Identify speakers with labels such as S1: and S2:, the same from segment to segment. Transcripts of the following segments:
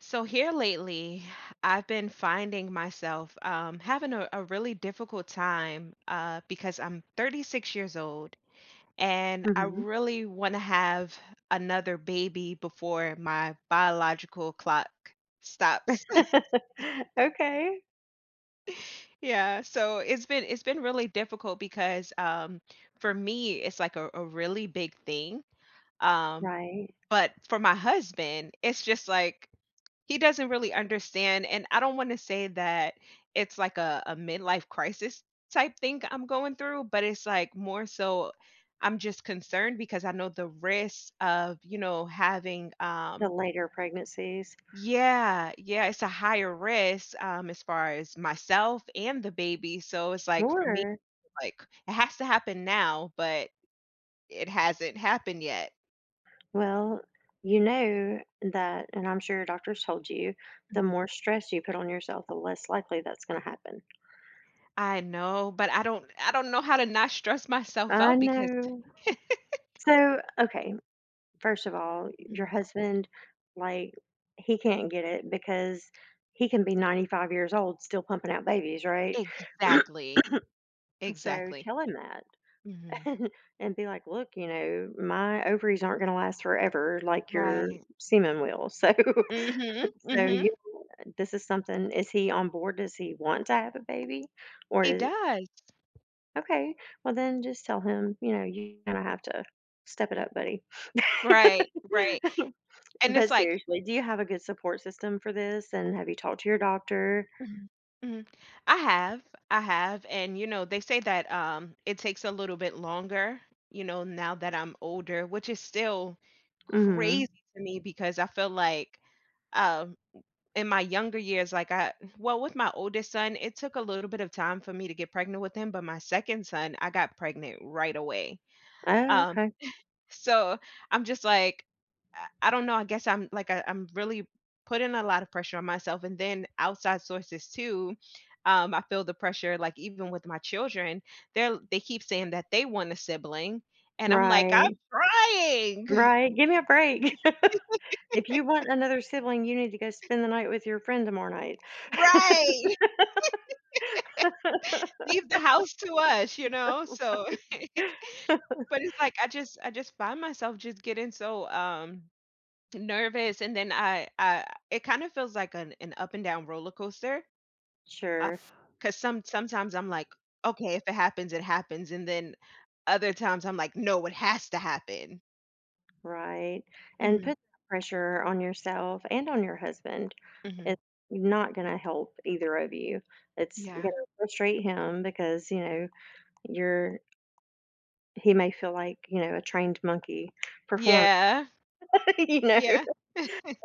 S1: So here lately, I've been finding myself having a really difficult time because I'm 36 years old and I
S2: Mhm.
S1: really want to have another baby before my biological clock stops.
S2: Okay.
S1: Yeah, so it's been really difficult because for me, it's like a really big thing. Um,
S2: Right.
S1: but for my husband, it's just like he doesn't really understand, and I don't wanna say that it's like a midlife crisis type thing I'm going through, but it's, like, more so I'm just concerned because I know the risks of, having,
S2: The
S1: um
S2: later pregnancies.
S1: Yeah, yeah, it's a higher risk, as far as myself and the baby, so it's, like, for me,
S2: Sure.
S1: like, it has to happen now, but it hasn't happened yet.
S2: Well, you know that, and I'm sure your doctor's told you, the more stress you put on yourself, the less likely that's gonna happen.
S1: I know, but I don't know how to not stress myself
S2: I
S1: out because.
S2: know. So, okay, first of all, your husband, like, he can't get it because he can be 95 years old still pumping out babies, right?
S1: Exactly,
S2: So
S1: exactly.
S2: tell him that.
S1: Mhm.
S2: And be like, "Look, you know, my ovaries aren't going to last forever like your
S1: Right.
S2: semen will." So,
S1: Mhm,
S2: So
S1: mhm.
S2: yeah, this is something. Is he on board? Does he want to have a baby, or
S1: He
S2: is it
S1: does.
S2: okay? Well, then just tell him, you know, you kind of have to step it up, buddy.
S1: Right, right, and it's
S2: But
S1: like
S2: seriously, do you have a good support system for this? And have you talked to your doctor?
S1: Mhm, mhm. I have, I have, and, they say that, it takes a little bit longer, now that I'm older, which is still
S2: Mm-hmm.
S1: crazy to me because I feel like, um, in my younger years, like, I well, with my oldest son, it took a little bit of time for me to get pregnant with him, but my 2nd son, I got pregnant right away.
S2: Oh,
S1: Um
S2: okay.
S1: So, I'm just like, I don't know, I guess I'm like I'm really putting a lot of pressure on myself and then outside sources too. I feel the pressure like even with my children, they keep saying that they want a sibling and I'm like, "I'm
S2: Right,
S1: trying."
S2: right. Give me a break. If you want another sibling, you need to go spend the night with your friend tomorrow night.
S1: Right. Leave the house to us, you know? So, but it's like I just find myself just getting so nervous and then I it kind of feels like an up and down roller coaster.
S2: Sure,
S1: 'Cause sometimes I'm like, "Okay, if it happens, it happens," and then other times I'm like, "No, it has to happen."
S2: right, and
S1: Mhm,
S2: put that pressure on yourself and on your husband.
S1: mhm,
S2: It's not gonna help either of you. It's
S1: yeah.
S2: gonna frustrate him because, you know, you're he may feel like, you know, a trained monkey perform.
S1: Yeah,
S2: You know,
S1: yeah.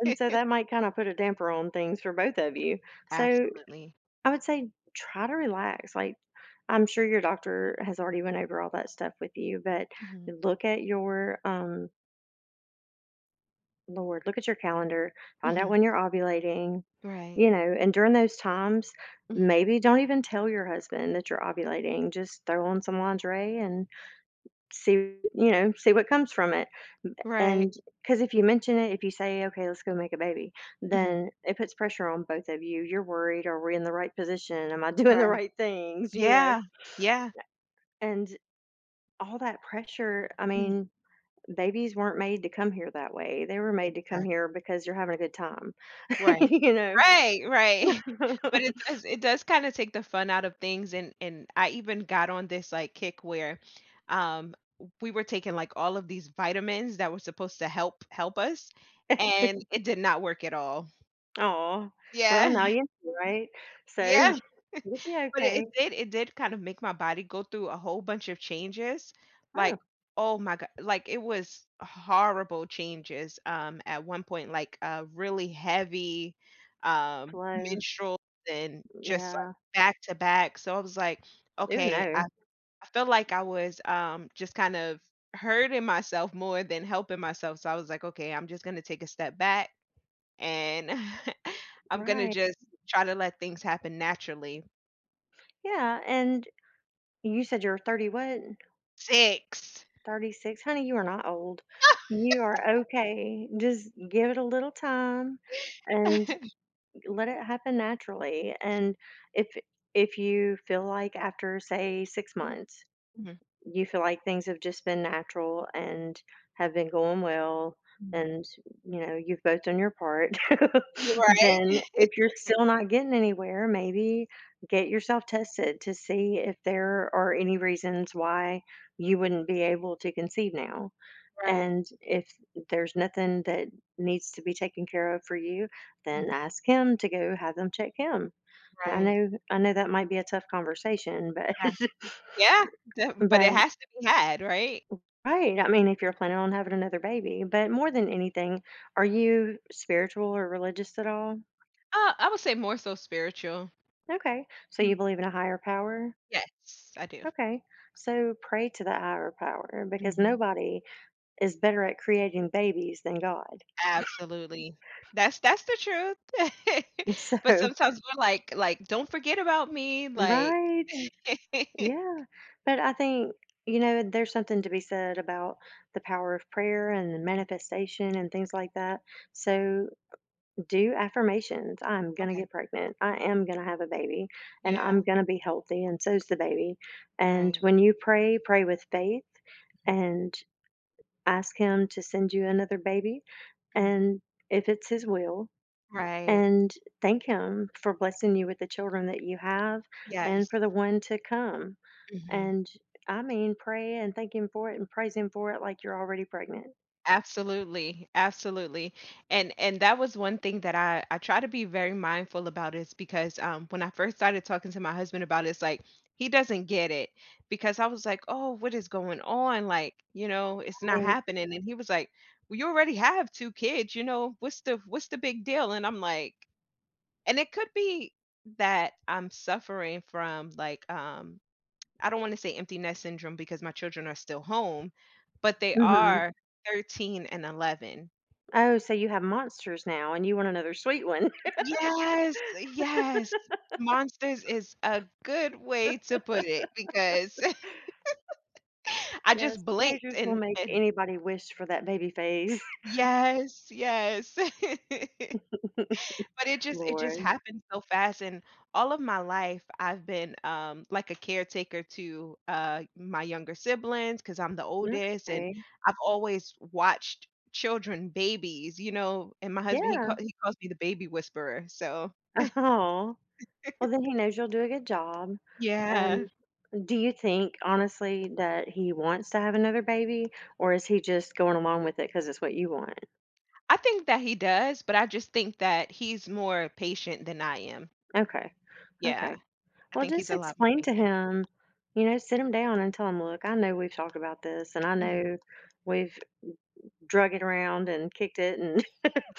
S2: and so that might kinda put a damper on things for both of you. So,
S1: Absolutely.
S2: I would say try to relax, like, I'm sure your doctor has already went over all that stuff with you, but
S1: Mhm,
S2: look at your, um Lord, look at your calendar, find out
S1: mhm,
S2: when you're ovulating,
S1: right.
S2: you know, and during those times,
S1: Mhm,
S2: maybe don't even tell your husband that you're ovulating. Just throw on some lingerie and see, you know, see what comes from it.
S1: right.
S2: And because if you mention it, if you say, okay, let's go make a baby,
S1: Mhm,
S2: then it puts pressure on both of you. You're worried, are we in the right position? Am I doing the
S1: right.
S2: right things, you know?
S1: Yeah, yeah.
S2: And all that pressure, I
S1: Mhm,
S2: mean, babies weren't made to come here that way. They were made to come
S1: exactly,
S2: here because you're having a good time,
S1: right.
S2: you know?
S1: Right, right. But it does it does kinda take the fun out of things, and I even got on this, like, kick where, um, we were taking, like, all of these vitamins that were supposed to help us, and it did not work at all.
S2: Oh, well,
S1: Yeah.
S2: now you do, right?
S1: Yeah.
S2: So, you'll be
S1: But it
S2: okay.
S1: it did it did kind of make my body go through a whole bunch of changes, like,
S2: Oh,
S1: oh my god like, it was horrible changes, at one point, like, really heavy,
S2: flow,
S1: menstrual and just, like,
S2: yeah.
S1: back to back, so I was like,
S2: Ooh,
S1: "Okay," I
S2: no.
S1: I felt like I was, just kind of hurting myself more than helping myself, so I was like, "Okay, I'm just gonna take a step back, and I'm gonna
S2: Right.
S1: just try to let things happen naturally."
S2: Yeah, and you said you're 30 what?
S1: 6.
S2: 36? Honey, you are not old. You are okay. Just give it a little time and
S1: Mhm,
S2: let it happen naturally, and if if you feel like after, say, 6 months
S1: mhm,
S2: you feel like things have just been natural and have been going well
S1: mhm.
S2: and you know you've both done your part.
S1: You're right.
S2: Then if you're still not getting anywhere, maybe get yourself tested to see if there are any reasons why you wouldn't be able to conceive now,
S1: Right,
S2: and if there's nothing that needs to be taken care of for you, then
S1: mm,
S2: ask him to go have them check him, and i
S1: right,
S2: know i know that might be a tough conversation, but
S1: yeah. Yeah, def but it
S2: but
S1: has to be had, right?
S2: Right. I mean, if you're planning on having another baby, but more than anything, are you spiritual or religious at all?
S1: I would say more so spiritual.
S2: Okay. So
S1: Mhm.
S2: you believe in a higher power?
S1: Yes, I do.
S2: Okay. So pray to the higher power because
S1: Mhm.
S2: nobody is better at creating babies than God.
S1: Absolutely. That's the truth.
S2: So,
S1: But sometimes we're like "Don't forget about me," like.
S2: right. Yeah. But I think, you know, there's something to be said about the power of prayer and the manifestation and things like that. So do affirmations. I'm gonna
S1: Okay.
S2: get pregnant. I am gonna have a baby, and I'm
S1: Yeah.
S2: gonna be healthy, and so's the baby. And
S1: Right,
S2: when you pray, pray with faith
S1: mhm,
S2: and ask Him to send you another baby,
S1: mhm.
S2: and if it's His will,
S1: Right.
S2: and thank Him for blessing you with the children that you have and
S1: Yes.
S2: for the one to come.
S1: Mhm.
S2: And I mean, pray and thank Him for it and praise Him for it like you're already pregnant.
S1: Absolutely, absolutely. And that was one thing that I try to be very mindful about is because when I first started talking to my husband about it, it's like he doesn't get it because I was like, "Oh, what is going on? Like, you know, it's not
S2: Right.
S1: happening." And he was like, "Well, you already have two kids, you know. What's the big deal?" And I'm like, and it could be that I'm suffering from like I don't want to say empty nest syndrome because my children are still home, but they
S2: Mhm.
S1: are 13 and 11.
S2: Oh, so you have monsters now and you want another sweet one.
S1: Yes, yes. Monsters is a good way to put it because I
S2: Yes,
S1: just blinked
S2: teenagers will
S1: and
S2: make
S1: and
S2: anybody wish for that baby phase.
S1: yes, yes. But it just it just
S2: Lord.
S1: happened so fast, and all of my life I've been, like a caretaker to, my younger siblings because 'cause I'm the oldest, and
S2: Okay.
S1: I've always watched children, babies, and my husband, he call
S2: Yeah.
S1: he calls me the baby whisperer, so
S2: Oh. Well, then he knows you'll do a good job.
S1: Yeah.
S2: And do you think, honestly, that he wants to have another baby, or is he just going along with it because it's what you want?
S1: I think that he does, but I just think that he's more patient than I am.
S2: Okay.
S1: Yeah,
S2: Okay.
S1: I
S2: Well,
S1: think he's
S2: just
S1: a lot more
S2: explain to
S1: patient.
S2: him, you know, sit him down and tell him, look, I know we've talked about this, and I
S1: Mhm.
S2: know we've drug it around and kicked it and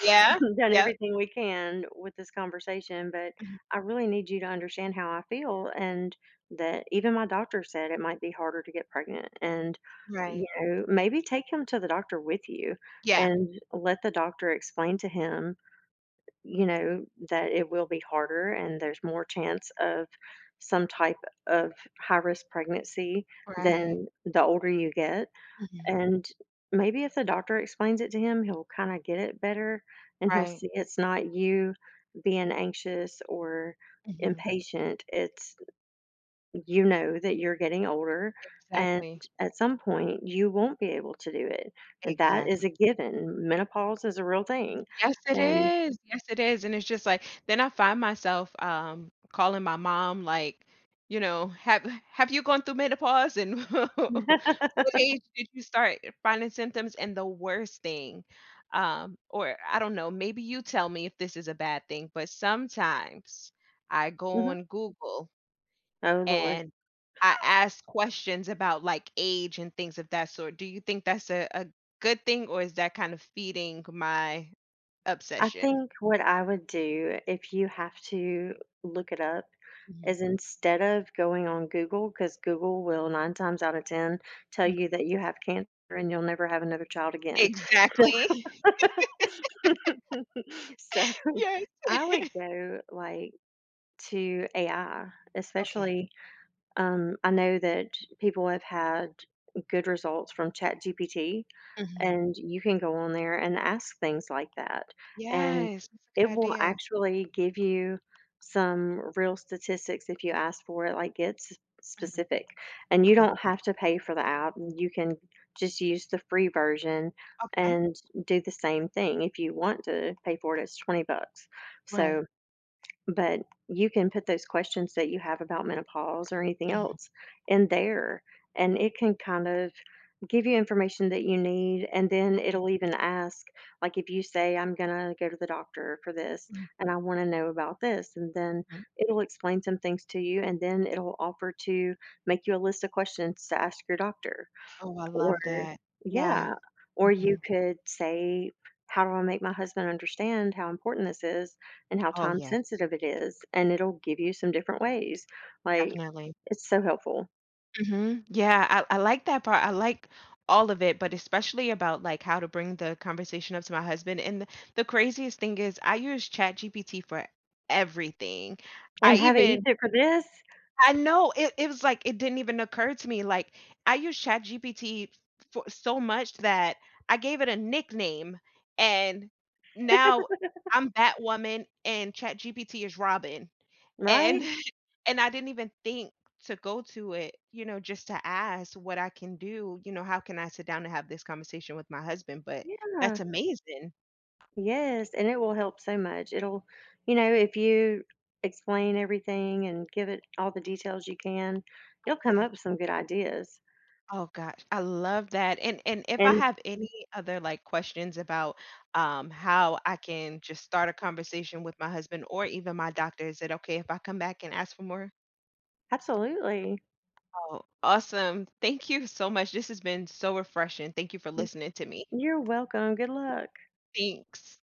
S1: Yeah,
S2: done
S1: yep.
S2: everything we can with this conversation, but
S1: Mhm.
S2: I really need you to understand how I feel and that even my doctor said it might be harder to get pregnant, and you
S1: Right.
S2: know, maybe take him to the doctor with you
S1: Yeah,
S2: and let the doctor explain to him, you know, that it will be harder and there's more chance of some type of high risk pregnancy
S1: right.
S2: than the older you get,
S1: Mhm.
S2: and maybe if the doctor explains it to him, he'll kind of get it better and he'll
S1: Right.
S2: see it's not you being anxious or
S1: Mhm.
S2: impatient. It's you know that you're getting older and
S1: Exactly,
S2: at some point you won't be able to do it. And that
S1: exactly.
S2: is a given. Menopause is a real thing. And
S1: Yes, it is, and it's just like then I find myself, calling my mom, like, you know, "Have have you gone through menopause, and what age did you start finding symptoms?" And the worst thing, or I don't know, maybe you tell me if this is a bad thing, but sometimes I go
S2: mhm.
S1: on Google
S2: Oh, Lord.
S1: and I ask questions about, like, age and things of that sort. Do you think that's a good thing, or is that kind of feeding my
S2: I
S1: obsession?
S2: think what I would do if you have to look it up
S1: Mhm.
S2: is instead of going on Google, because Google will nine times out of 10 tell
S1: Mm.
S2: you that you have cancer and you'll never have another child again.
S1: Exactly.
S2: So
S1: Yes.
S2: I would go like to AI,
S1: Okay.
S2: especially I know that people have had good results from Chat GPT.
S1: Mhm.
S2: And you can go on there and ask things like that. And
S1: Yes, that's a
S2: it
S1: good
S2: will
S1: idea.
S2: actually give you some real statistics if you ask for it, like get
S1: Mhm.
S2: specific. And you
S1: Okay.
S2: don't have to pay for the app. You can just use the free version
S1: Okay.
S2: and do the same thing. If you want to pay for it, it's 20 bucks.
S1: Right.
S2: So, but you can put those questions that you have about menopause or anything
S1: Mhm,
S2: else in there. And it can kind of give you information that you need and then it'll even ask, like, if you say, I'm going to go to the doctor for this
S1: mhm,
S2: and I want to know about this, and then
S1: mhm.
S2: it'll explain some things to you and then it'll offer to make you a list of questions to ask your doctor.
S1: Oh, I
S2: Or
S1: love that. Yeah.
S2: yeah, or you
S1: Mhm.
S2: could say, how do I make my husband understand how important this is and how
S1: Oh,
S2: time
S1: yeah.
S2: sensitive it is, and it'll give you some different ways, like
S1: Definitely.
S2: it's so helpful.
S1: Mhm. Yeah, I like that part. I like all of it, but especially about, like, how to bring the conversation up to my husband, and the craziest thing is I use ChatGPT for everything. I
S2: And haven't
S1: even
S2: used it for this.
S1: I know it was like it didn't even occur to me, like, I use ChatGPT for so much that I gave it a nickname, and now I'm Batwoman and ChatGPT is Robin. And
S2: Right.
S1: and I didn't even think to go to it, just to ask what I can do, how can I sit down and have this conversation with my husband, but that's
S2: Yeah.
S1: amazing.
S2: Yes, and it will help so much. It'll, you know, if you explain everything and give it all the details you can, you'll come
S1: Okay.
S2: up with some good ideas.
S1: Oh gosh, I love that. And if I
S2: And
S1: have any other like questions about how I can just start a conversation with my husband or even my doctor, is it okay if I come back and ask for more?
S2: absolutely.
S1: Oh, awesome. Thank you so much. This has been so refreshing. Thank you for listening to me.
S2: You're welcome. Good luck.
S1: Thanks.